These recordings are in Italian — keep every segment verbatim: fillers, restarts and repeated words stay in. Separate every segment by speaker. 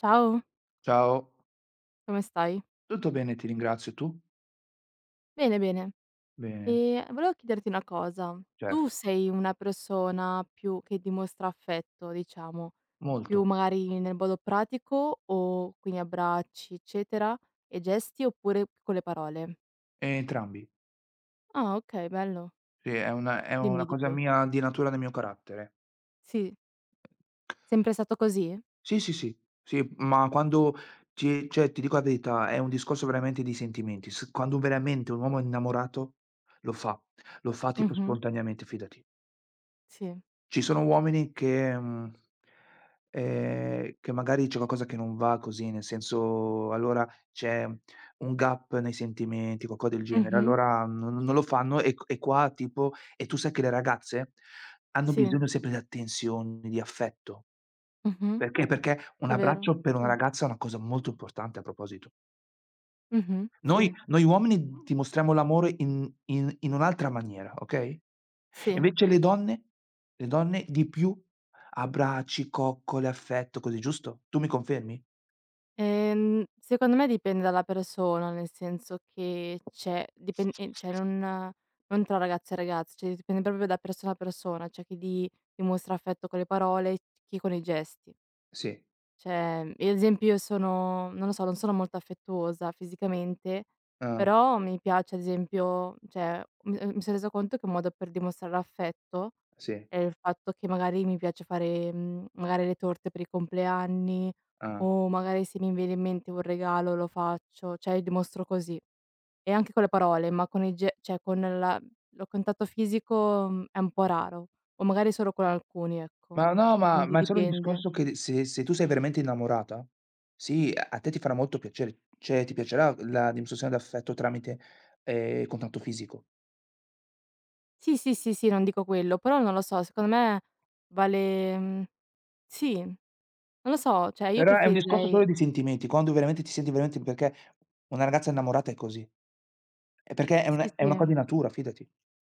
Speaker 1: Ciao,
Speaker 2: Ciao.
Speaker 1: come stai?
Speaker 2: Tutto bene, ti ringrazio. Tu?
Speaker 1: Bene, bene.
Speaker 2: Bene,
Speaker 1: Ehm, volevo chiederti una cosa: tu
Speaker 2: certo,
Speaker 1: sei una persona più che dimostra affetto, diciamo, più
Speaker 2: molto.
Speaker 1: magari nel modo pratico o quindi abbracci, eccetera, e gesti, oppure con le parole?
Speaker 2: E Entrambi.
Speaker 1: Ah, okay, bello.
Speaker 2: Sì, è una è una
Speaker 1: Dimmi di
Speaker 2: cosa
Speaker 1: più.
Speaker 2: mia di natura del mio carattere.
Speaker 1: Sì. Sempre stato così?
Speaker 2: Sì, sì, sì, sì, ma quando ci cioè, ti dico la verità, è un discorso veramente di sentimenti. S Quando veramente un uomo è innamorato, lo fa, lo fa tipo
Speaker 1: Mh-mh.
Speaker 2: spontaneamente, fidati.
Speaker 1: Sì.
Speaker 2: Ci sono uomini che mhmm, ehm, che magari c'è qualcosa che non va così, nel senso allora c'è un gap nei sentimenti, qualcosa del genere,
Speaker 1: Mh-mh.
Speaker 2: allora non non lo fanno e q e qua tipo e tu sai che le ragazze hanno
Speaker 1: Sì.
Speaker 2: bisogno sempre di attenzione, di affetto.
Speaker 1: Mh-mh.
Speaker 2: Perché? Perché un
Speaker 1: È vero.
Speaker 2: abbraccio per una
Speaker 1: Sì.
Speaker 2: ragazza è una cosa molto importante a proposito.
Speaker 1: Mh-mh.
Speaker 2: Noi
Speaker 1: Sì.
Speaker 2: noi uomini dimostriamo l'amore in in in un'altra maniera, okay,
Speaker 1: Sì.
Speaker 2: invece le donne le donne di più abbracci, coccole, affetto, così, giusto? Tu mi confermi?
Speaker 1: Ehm, secondo me dipende dalla persona, nel senso che c'è dipen ehm, cioè non non tra ragazzi e ragazze, cioè dipende proprio da persona a persona, c'è chi di dimostra affetto con le parole, chi con i gesti.
Speaker 2: Sì,
Speaker 1: Cioè, mhmm, io ad esempio io sono non lo so, non sono molto affettuosa fisicamente,
Speaker 2: ah,
Speaker 1: però mi piace ad esempio cioè, mi ehm, mi son resa conto che un modo per dimostrare affetto
Speaker 2: sì,
Speaker 1: è il fatto che magari mi piace fare, mhmm, magari le torte per i compleanni
Speaker 2: ah.
Speaker 1: o magari se mi viene in mente un regalo lo faccio, cioè dimostro così. E anche con le parole, ma con i ge cioè con la lo contatto fisico, mhmm, è un po' raro, o magari solo con alcuni, ecco.
Speaker 2: Ma no, ma
Speaker 1: Quindi
Speaker 2: ma è solo un
Speaker 1: dipende.
Speaker 2: discorso che se se tu sei veramente innamorata, sì, a a te ti farà molto piacere, cioè ti piacerà la dimostrazione d'affetto tramite, ehm, contatto fisico.
Speaker 1: Sì, sì, sì, sì, non dico quello, però non lo so, secondo me vale mhmm, sì, non lo so, cioè io
Speaker 2: Però è un discorso solo
Speaker 1: preferirei
Speaker 2: di sentimenti, quando veramente ti senti veramente perché una ragazza innamorata è così. Eh, perché è
Speaker 1: sì,
Speaker 2: un è una co
Speaker 1: sì.
Speaker 2: di natura, fidati.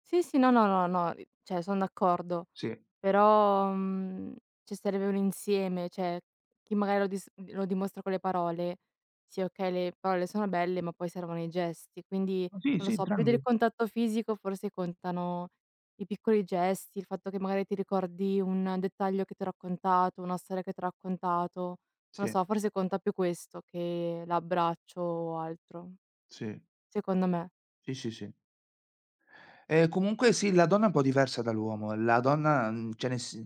Speaker 1: Sì, sì, no, no, no, no, i cioè son d'accordo,
Speaker 2: Sì.
Speaker 1: però, mhmm, ci sarebbe un insieme, cioè chi magari lo dis lo dimostra con le parole, sì okay, le parole sono belle, ma poi servono i gesti, quindi
Speaker 2: Ma sì,
Speaker 1: non lo
Speaker 2: sì,
Speaker 1: so, più del
Speaker 2: entrambi.
Speaker 1: contatto fisico forse contano i piccoli gesti, il fatto che magari ti ricordi un dettaglio che t'ho raccontato, una storia che t'ho raccontato, non lo
Speaker 2: Sì,
Speaker 1: so, forse conta più questo che l'abbraccio o altro,
Speaker 2: sì,
Speaker 1: secondo me.
Speaker 2: sì, sì, sì. Ehm, comunque sì, la donna è un po' diversa dall'uomo. La donna, mhmm, cioè nel s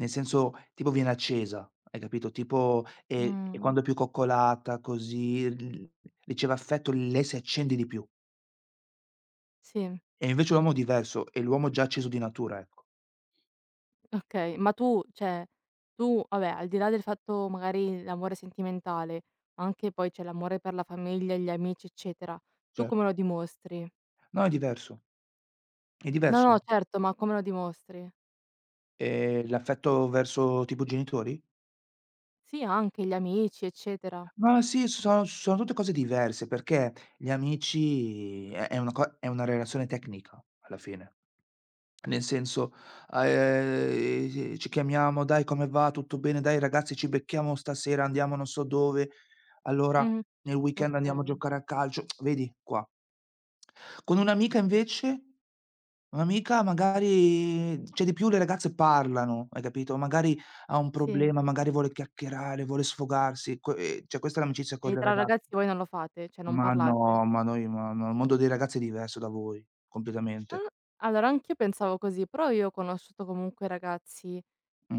Speaker 2: nel senso, tipo viene accesa, hai capito? Tipo, ehm, e
Speaker 1: Mh,
Speaker 2: quando è più coccolata così, l riceve affetto, lei si accende di più.
Speaker 1: sì.
Speaker 2: E invece l'uomo è diverso, e l'uomo è già acceso di natura, ecco.
Speaker 1: Okay, ma tu cioè, tu vabbè, al di là del fatto magari l'amore sentimentale, anche poi c'è l'amore per la famiglia, gli amici, eccetera, tu come
Speaker 2: Certo.
Speaker 1: lo dimostri?
Speaker 2: No, è diverso, è
Speaker 1: No,
Speaker 2: diverso.
Speaker 1: no, certo, ma come lo dimostri?
Speaker 2: Ehm, l'affetto verso tipo genitori?
Speaker 1: Sì, anche gli amici, eccetera.
Speaker 2: Ma sì, sono sono tutte cose diverse, perché gli amici è è una co è una relazione tecnica alla fine. Nel senso, ehm, ci chiamiamo: "Dai come va? Tutto bene? Dai ragazzi ci becchiamo stasera, andiamo non so dove. Allora
Speaker 1: Mh-mh.
Speaker 2: nel weekend andiamo a
Speaker 1: Okay,
Speaker 2: giocare a calcio." Vedi, qua. Con un'amica invece un'amica magari cioè di più le ragazze parlano, hai capito? Magari ha un
Speaker 1: sì.
Speaker 2: problema, magari vuole chiacchierare, vuole sfogarsi, que ehm, cioè questa è l'amicizia con
Speaker 1: E
Speaker 2: le
Speaker 1: tra
Speaker 2: raga
Speaker 1: ragazzi voi non lo fate? Cioè non
Speaker 2: ma no,
Speaker 1: parlate?
Speaker 2: ma noi ma no, il mondo dei ragazzi è diverso da voi, completamente.
Speaker 1: Ah, allora anch'io pensavo così, però io ho conosciuto comunque ragazzi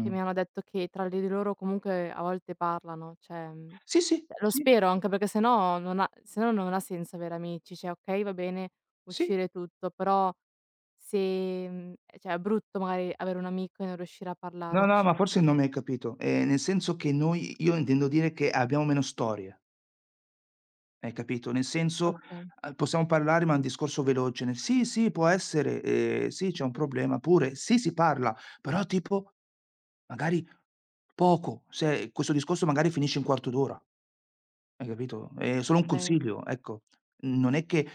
Speaker 1: che mi hanno detto che tra di loro comunque a volte parlano, cioè, mhmm,
Speaker 2: Sì, sì,
Speaker 1: cioè, lo
Speaker 2: sì,
Speaker 1: spero anche perché se no non ha se no non ha senso avere amici, cioè okay, va bene
Speaker 2: sì.
Speaker 1: uscire e tutto, però se mhmm, eh, cioè è brutto magari avere un amico e non riuscire a
Speaker 2: No, no, ma
Speaker 1: parlarci.
Speaker 2: forse non mi hai capito. Ehm, nel senso che noi io intendo dire che abbiamo meno storie, hai capito? Nel senso,
Speaker 1: Okay,
Speaker 2: uhm, possiamo parlare, ma è un discorso veloce, nel: "Sì, sì, può essere, ehm, sì, c'è un problema", pure sì, si parla, però tipo magari poco, se questo discorso magari finisce in quarto d'ora. Hai capito? È solo un
Speaker 1: okay.
Speaker 2: consiglio, ecco. Non è che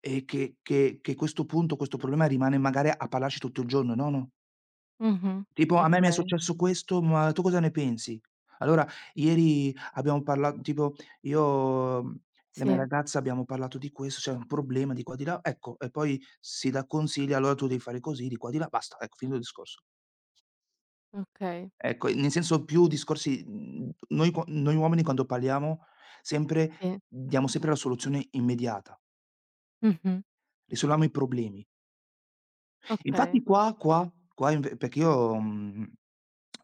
Speaker 2: ehm, che che che questo punto, questo problema rimane magari a parlarci tutto il giorno, no, no.
Speaker 1: Mh-mh.
Speaker 2: Tipo: "A me mi è
Speaker 1: Okay,
Speaker 2: successo questo, ma tu cosa ne pensi?" Allora ieri abbiamo parla tipo io, mhmm, e la mia
Speaker 1: sì,
Speaker 2: ragazza abbiamo parlato di questo, c'è un problema di qua di là, ecco, e poi si dà consigli: "Allora tu devi fare così, di qua di là", basta, ecco, finito il discorso.
Speaker 1: okay,
Speaker 2: Ecco, nel senso più discorsi mhmm, noi qua noi uomini quando parliamo sempre
Speaker 1: sì.
Speaker 2: diamo sempre la soluzione immediata,
Speaker 1: Mh-mh.
Speaker 2: risolviamo i problemi.
Speaker 1: Okay.
Speaker 2: Infatti qua qua qua inve perché io, mhmm,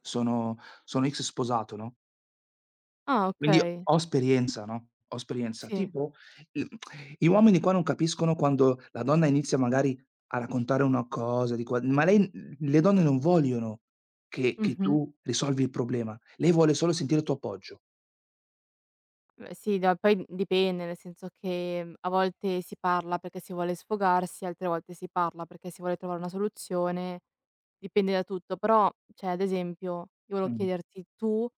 Speaker 2: sono sono ex sposato, no,
Speaker 1: Ah,
Speaker 2: quindi
Speaker 1: okay,
Speaker 2: ho esperienza, no, ho esperienza.
Speaker 1: sì.
Speaker 2: Tipo i gli uomini qua non capiscono quando la donna inizia magari a raccontare una cosa di qua ma lei le donne non vogliono che che
Speaker 1: Mh-mh.
Speaker 2: tu risolvi il problema, lei vuole solo sentire il tuo appoggio.
Speaker 1: Beh sì, da poi dipende, nel senso che, mhmm, a volte si parla perché si vuole sfogarsi, altre volte si parla perché si vuole trovare una soluzione, dipende da tutto. Però, cioè ad esempio, io volevo
Speaker 2: Mh.
Speaker 1: chiederti tu,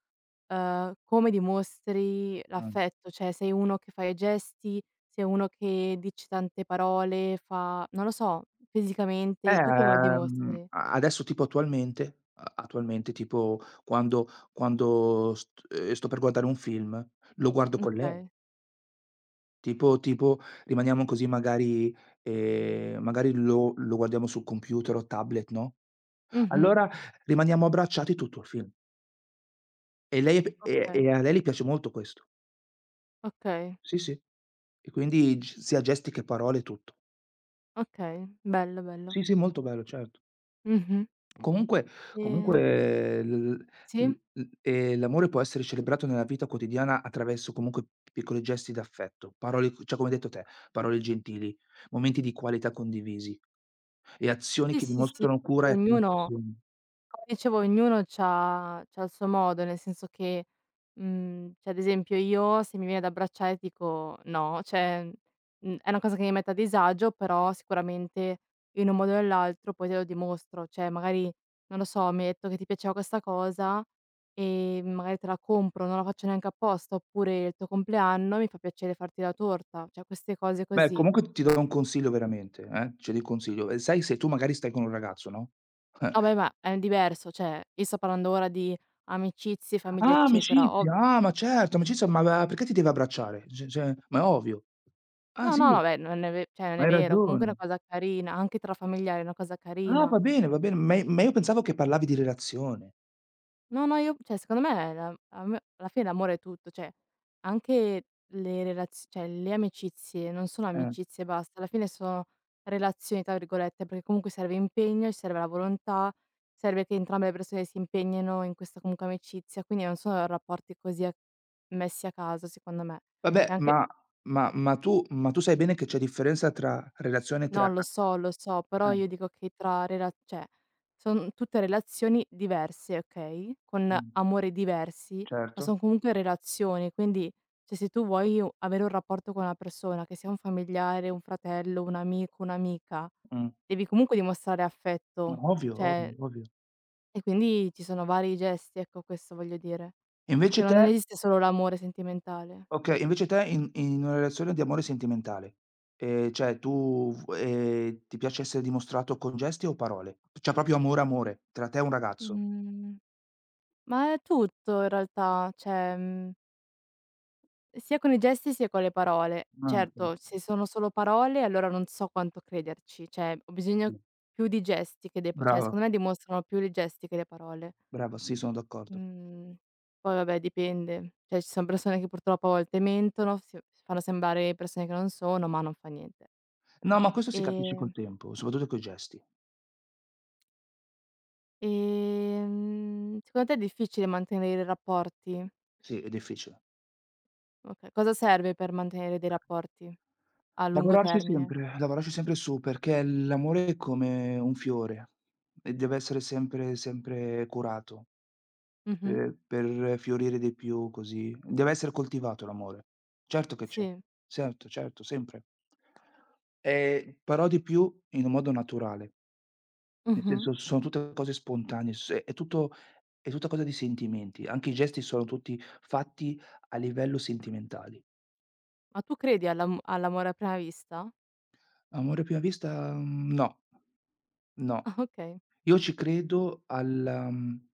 Speaker 1: uhm, come dimostri
Speaker 2: Mh.
Speaker 1: l'affetto? Cioè sei uno che fa i gesti, sei uno che dice tante parole, fa non lo so, fisicamente, tu come lo
Speaker 2: Ehm,
Speaker 1: dimostri?
Speaker 2: a adesso tipo attualmente a attualmente tipo quando quando st ehm, sto per guardare un film, lo guardo con lei.
Speaker 1: Okay.
Speaker 2: Tipo tipo rimaniamo così magari ehm, magari lo lo guardiamo sul computer o tablet, no,
Speaker 1: Mh-mh.
Speaker 2: allora rimaniamo abbracciati tutto il film. E lei p e e
Speaker 1: Okay,
Speaker 2: a lei le piace molto questo.
Speaker 1: okay,
Speaker 2: Sì, sì. E quindi g sia gesti che parole, tutto.
Speaker 1: okay, bello, bello.
Speaker 2: Sì, sì, molto bello, certo.
Speaker 1: Mh-mh.
Speaker 2: Comunque
Speaker 1: Ehm
Speaker 2: comunque l l
Speaker 1: sì?
Speaker 2: l ehm, l'amore può essere celebrato nella vita quotidiana attraverso comunque piccoli gesti d'affetto, parole c cioè come hai detto te, parole gentili, momenti di qualità condivisi e azioni
Speaker 1: Sì,
Speaker 2: che
Speaker 1: sì, sì,
Speaker 2: dimostrano cura e
Speaker 1: poi ognuno
Speaker 2: attenzione.
Speaker 1: come dicevo ognuno c'ha c'ha il suo modo, nel senso che, mhmm, cioè ad esempio io se mi viene da abbracciare ti dico: "No", cioè, mhmm, è una cosa che mi mette a disagio, però sicuramente in un modo o nell'altro poi te lo dimostro. Cioè magari, non lo so, mi hai detto che ti piaceva questa cosa e magari te la compro, non la faccio neanche apposta, oppure il tuo compleanno mi fa piacere farti la torta, cioè queste cose
Speaker 2: Beh,
Speaker 1: così.
Speaker 2: comunque ti do un consiglio veramente, eh, ce li consiglio. E sai se tu magari stai con un ragazzo, no:
Speaker 1: No beh, ma è diverso, cioè io sto parlando ora di amicizie, famiglia,
Speaker 2: "Ah,
Speaker 1: eccetera. Ov
Speaker 2: amicizia, ah, ma certo, amicizia, ma va perché ti deve abbracciare? Ce cioè, ma è ovvio. Ah
Speaker 1: No, no,
Speaker 2: sì,
Speaker 1: no, beh, non è ve cioè non
Speaker 2: ma
Speaker 1: è
Speaker 2: hai
Speaker 1: vero, comunque è
Speaker 2: ragione.
Speaker 1: una cosa carina, anche tra familiari è una cosa
Speaker 2: Ah,
Speaker 1: carina.
Speaker 2: va bene, va bene, ma i ma io pensavo che parlavi di relazione."
Speaker 1: No, no, io cioè secondo me la a me alla fine l'amore è tutto, cioè anche le relaz cioè le amicizie non sono
Speaker 2: Eh,
Speaker 1: amicizie e basta, alla fine sono "relazioni" tra virgolette, perché comunque serve impegno, serve la volontà, serve che entrambe le persone si impegnino in questa comunque amicizia, quindi non sono rapporti così a messi a caso secondo me. Cioè
Speaker 2: vabbè,
Speaker 1: anche
Speaker 2: ma ma ma tu ma tu sai bene che c'è differenza tra relazione tra
Speaker 1: No, lo
Speaker 2: a
Speaker 1: so, lo so, però
Speaker 2: eh,
Speaker 1: io dico che tra rela cioè, son tutte relazioni diverse, okay, con
Speaker 2: mh,
Speaker 1: amori diversi, ma
Speaker 2: certo,
Speaker 1: son comunque relazioni, quindi, cioè, se tu vuoi u avere un rapporto con una persona, che sia un familiare, un fratello, un amico, un'amica,
Speaker 2: mh,
Speaker 1: devi comunque dimostrare affetto,
Speaker 2: ovvio,
Speaker 1: cioè
Speaker 2: ovvio, ovvio.
Speaker 1: e quindi ci sono vari gesti, ecco, questo voglio dire, che
Speaker 2: Invece te
Speaker 1: non esiste solo l'amore sentimentale.
Speaker 2: okay, invece te in in una relazione di amore sentimentale, ehm, cioè tu v ehm, ti piace essere dimostrato con gesti o parole? Cioè proprio amore, amore, tra te e un ragazzo.
Speaker 1: Mhmm, ma è tutto in realtà, cioè. Mhmm Sia con i gesti sia con le parole.
Speaker 2: Ah, okay,
Speaker 1: Certo, se sono solo parole allora non so quanto crederci, cioè ho bisogno
Speaker 2: sì.
Speaker 1: più di gesti che de cioè
Speaker 2: Brava,
Speaker 1: secondo me dimostrano più le gesti che le parole.
Speaker 2: brava, sì, sono d'accordo.
Speaker 1: Mhmm, Poi vabbè dipende, cioè ci son persone che purtroppo a volte mentono, si fanno sembrare persone che non sono, ma non fa niente.
Speaker 2: No, ma questo si capisce col
Speaker 1: Ehm,
Speaker 2: tempo, soprattutto coi gesti.
Speaker 1: ehm, Secondo te è difficile mantenere rapporti?
Speaker 2: Sì, è difficile.
Speaker 1: Okay, cosa serve per mantenere dei rapporti a lungo
Speaker 2: Lavorarci
Speaker 1: termine?
Speaker 2: sempre, lavorarci sempre su, perché l'amore è come un fiore e deve essere sempre sempre curato
Speaker 1: Mh-mh.
Speaker 2: per per fiorire di più così. Deve essere coltivato l'amore. Certo che c'è,
Speaker 1: Sì.
Speaker 2: certo, certo, sempre. Ehm, però di più in un modo naturale, nel
Speaker 1: Mh-mh.
Speaker 2: senso sono tutte cose spontanee, s è tutto è tutta cosa di sentimenti, anche i gesti sono tutti fatti a livello sentimentali.
Speaker 1: Ma tu credi all'am all'amore a prima vista?
Speaker 2: Amore a prima vista, mhmm, no, no.
Speaker 1: Ah okay.
Speaker 2: Io ci credo al mhmm,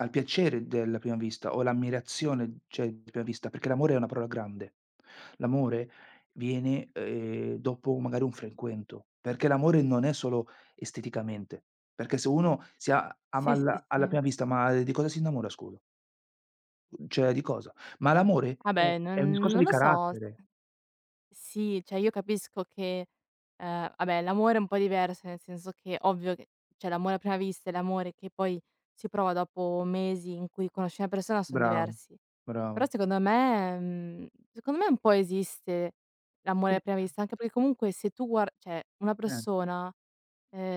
Speaker 2: al piacere della prima vista o l'ammirazione, cioè, di prima vista, perché l'amore è una parola grande. L'amore viene, ehm, dopo magari un frequento, perché l'amore non è solo esteticamente, perché se uno si a ama
Speaker 1: Sì, sì,
Speaker 2: alla alla
Speaker 1: sì.
Speaker 2: prima vista, ma di cosa si innamora scusa? Cioè, di cosa? Ma l'amore è
Speaker 1: Vabbè,
Speaker 2: è un
Speaker 1: non
Speaker 2: discorso
Speaker 1: non
Speaker 2: di
Speaker 1: lo so.
Speaker 2: carattere.
Speaker 1: Sì, cioè io capisco che, ehm, vabbè l'amore è un po' diverso, nel senso che ovvio che cioè l'amore a prima vista e l'amore che poi si prova dopo mesi in cui conosci una persona son
Speaker 2: Bravo,
Speaker 1: diversi. Però
Speaker 2: bravo.
Speaker 1: secondo me mhmm, secondo me un po' esiste l'amore a prima vista, anche perché comunque se tu guar cioè una
Speaker 2: Eh,
Speaker 1: persona,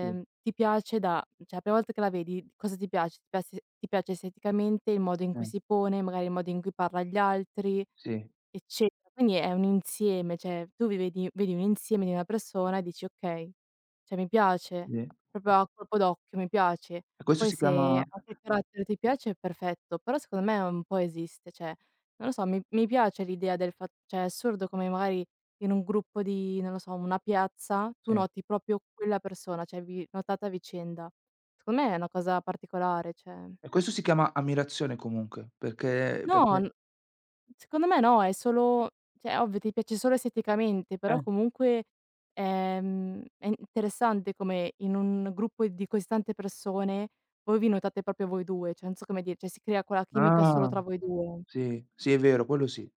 Speaker 2: sì,
Speaker 1: ti piace da cioè la prima volta che la vedi cosa ti piace? Ti piace ti piace esteticamente, il modo in cui
Speaker 2: eh,
Speaker 1: si pone, magari il modo in cui parla agli altri,
Speaker 2: sì,
Speaker 1: eccetera. Quindi è un insieme, cioè tu vi vedi vedi un insieme di una persona e dici: "Okay, cioè mi piace",
Speaker 2: sì.
Speaker 1: proprio a colpo d'occhio, mi piace.
Speaker 2: E questo
Speaker 1: Poi
Speaker 2: si
Speaker 1: se
Speaker 2: chiama
Speaker 1: anche il carattere ti piace, perfetto, però secondo me un po' esiste, cioè non lo so, mi mi piace l'idea del fa cioè è assurdo come magari in un gruppo di, non lo so, una piazza, tu
Speaker 2: sì.
Speaker 1: noti proprio quella persona, cioè vi notate a vicenda. Secondo me è una cosa particolare, cioè
Speaker 2: E questo si chiama ammirazione comunque, perché perché
Speaker 1: no. Secondo me no, è solo cioè ovvio ti piace solo esteticamente,
Speaker 2: eh,
Speaker 1: però comunque, ehm, è interessante come in un gruppo di così tante persone voi vi notate proprio voi due, cioè non so come dire, cioè si crea quella chimica solo
Speaker 2: ah,
Speaker 1: tra voi due.
Speaker 2: sì, sì è vero, quello sì.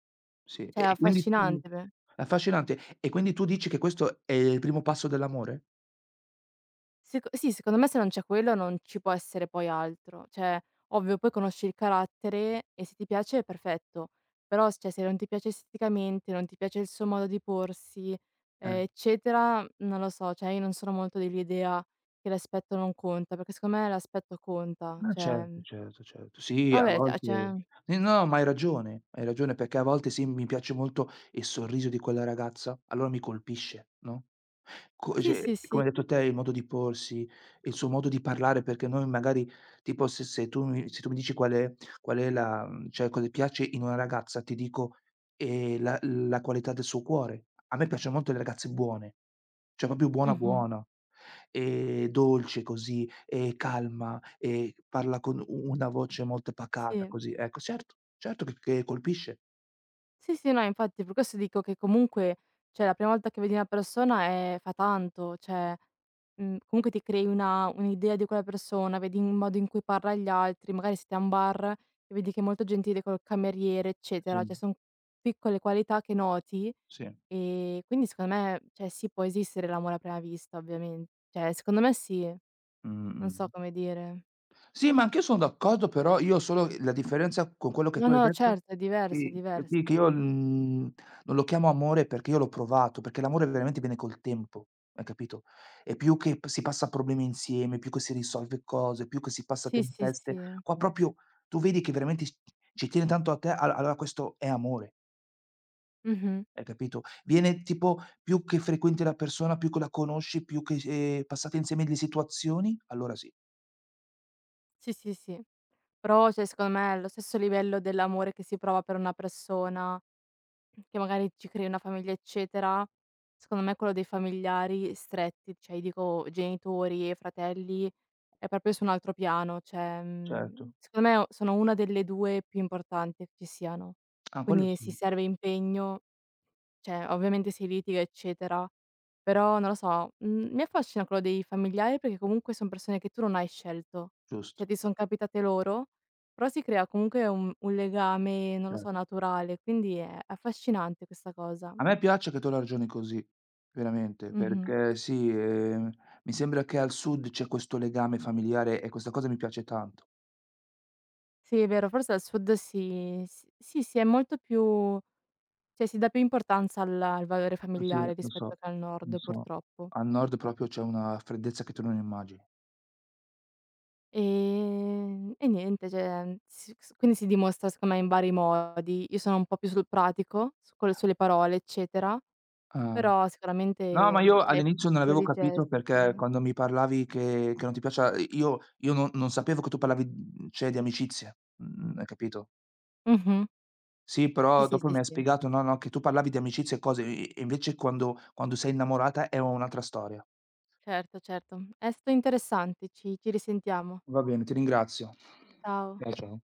Speaker 2: Sì,
Speaker 1: Cioè
Speaker 2: e
Speaker 1: è
Speaker 2: e quindi tu
Speaker 1: affascinante.
Speaker 2: affascinante. E quindi tu dici che questo è il primo passo dell'amore?
Speaker 1: Seco Sì, secondo me se non c'è quello non ci può essere poi altro. Cioè, ovvio poi conosci il carattere e se ti piace è perfetto, però s cioè se non ti piace esteticamente, non ti piace il suo modo di porsi,
Speaker 2: Eh.
Speaker 1: ehm, eccetera, non lo so, cioè io non sono molto dell'idea che l'aspetto non conta, perché secondo me l'aspetto conta.
Speaker 2: Ah
Speaker 1: Cioè,
Speaker 2: certo,
Speaker 1: mhmm,
Speaker 2: certo, certo. Sì, a
Speaker 1: vabbè, cioè
Speaker 2: volte
Speaker 1: cioè
Speaker 2: sì, no, ma hai ragione, hai ragione perché a volte sì, mi piace molto il sorriso di quella ragazza, allora mi colpisce, no? Co
Speaker 1: sì,
Speaker 2: cioè,
Speaker 1: sì, sì.
Speaker 2: come hai detto te, il modo di porsi, il suo modo di parlare, perché noi magari tipo se se tu mi se tu mi dici qual è qual è la mhmm, cioè cosa ti piace in una ragazza, ti dico, ehm, la la qualità del suo cuore. A me piacciono molto le ragazze buone, cioè proprio buona
Speaker 1: Mh-mh.
Speaker 2: buona, ehm, dolce così, ehm, calma, ehm, parla con u una voce molto pacata,
Speaker 1: Sì.
Speaker 2: così. Ecco, certo, certo che che colpisce.
Speaker 1: Sì, sì, no, infatti per questo dico che comunque, cioè la prima volta che vedi una persona, ehm, fa tanto, cioè, mhmm, comunque ti crei una un'idea di quella persona, vedi il modo in cui parla agli altri, magari siete a un bar e vedi che è molto gentile col cameriere,
Speaker 2: Sì,
Speaker 1: eccetera. Cioè son piccole qualità che noti,
Speaker 2: sì.
Speaker 1: ehm, quindi secondo me, cioè sì, può esistere l'amore a prima vista ovviamen cioè secondo me sì, non
Speaker 2: Mh-mh.
Speaker 1: so come dire.
Speaker 2: Sì, ma anch'io son d'accordo, però io solo la differenza con quello che
Speaker 1: No,
Speaker 2: tu hai
Speaker 1: no,
Speaker 2: detto
Speaker 1: certo, è diverso, è
Speaker 2: sì, che sì, che
Speaker 1: diverso.
Speaker 2: io, mhmm, non lo chiamo amore perché io l'ho provato, perché l'amore veramente viene col tempo, hai capito? E più che p si passa problemi insieme, più che si risolve cose, più che si passa
Speaker 1: Sì, sì,
Speaker 2: tempeste,
Speaker 1: sì.
Speaker 2: qua proprio tu vedi che veramente c ci tiene tanto a te, al allora questo è amore,
Speaker 1: Mh-mh.
Speaker 2: hai capito? Viene tipo più che frequenti la persona, più che la conosci, più che, ehm, passate insieme le situazioni, allora sì,
Speaker 1: Sì, sì, sì. Però, cioè, secondo me è lo stesso livello dell'amore che si prova per una persona, che magari ci crei una famiglia, eccetera, secondo me quello dei familiari stretti, cioè io dico genitori e fratelli, è proprio su un altro piano, cioè, mhmm,
Speaker 2: certo.
Speaker 1: secondo me o sono una delle due più importanti che ci siano.
Speaker 2: Ah, quello
Speaker 1: Quindi sì,
Speaker 2: sì,
Speaker 1: serve impegno cioè, ovviamente si litiga, eccetera, però non lo so, mhmm, mi affascina quello dei familiari perché comunque son persone che tu non hai scelto.
Speaker 2: giusto.
Speaker 1: Cioè, ti son capitate loro, però si crea comunque un un legame, non lo
Speaker 2: Certo.
Speaker 1: so, naturale, quindi è affascinante questa cosa.
Speaker 2: A me piace che tu la ragioni così, veramente,
Speaker 1: Mh-mh.
Speaker 2: perché sì, ehm, mi sembra che al sud c'è questo legame familiare e questa cosa mi piace tanto.
Speaker 1: Sì, è vero, forse al sud si s sì, sì, è molto più cioè si dà più importanza al al valore
Speaker 2: Sì,
Speaker 1: familiare
Speaker 2: lo
Speaker 1: rispetto
Speaker 2: so,
Speaker 1: che al
Speaker 2: lo
Speaker 1: nord,
Speaker 2: so.
Speaker 1: purtroppo.
Speaker 2: Al nord proprio c'è una freddezza che tu non immagini.
Speaker 1: Ehm, e niente, cioè, si s quindi si dimostra secondo me in vari modi. Io sono un po' più sul pratico, su con le sulle parole, eccetera,
Speaker 2: Ah.
Speaker 1: però sicuramente,
Speaker 2: No, ma
Speaker 1: mhmm,
Speaker 2: io
Speaker 1: cioè i
Speaker 2: all'inizio non avevo
Speaker 1: piccoli
Speaker 2: capito
Speaker 1: gesti.
Speaker 2: perché quando mi parlavi che che non ti piaceva i io io non non sapevo che tu parlavi, mhmm, cioè di amicizie, mhmm, hai capito?
Speaker 1: Mh-mh.
Speaker 2: Sì, però
Speaker 1: Sì, sì,
Speaker 2: dopo
Speaker 1: sì,
Speaker 2: mi hai
Speaker 1: sì.
Speaker 2: spiegato, no, no, che tu parlavi di amicizie e cose, e e invece quando quando sei innamorata è un'altra storia.
Speaker 1: Certo, certo. È stato interessante, ci ci risentiamo.
Speaker 2: Va bene, ti ringrazio.
Speaker 1: Ciao.
Speaker 2: Ciao, ciao.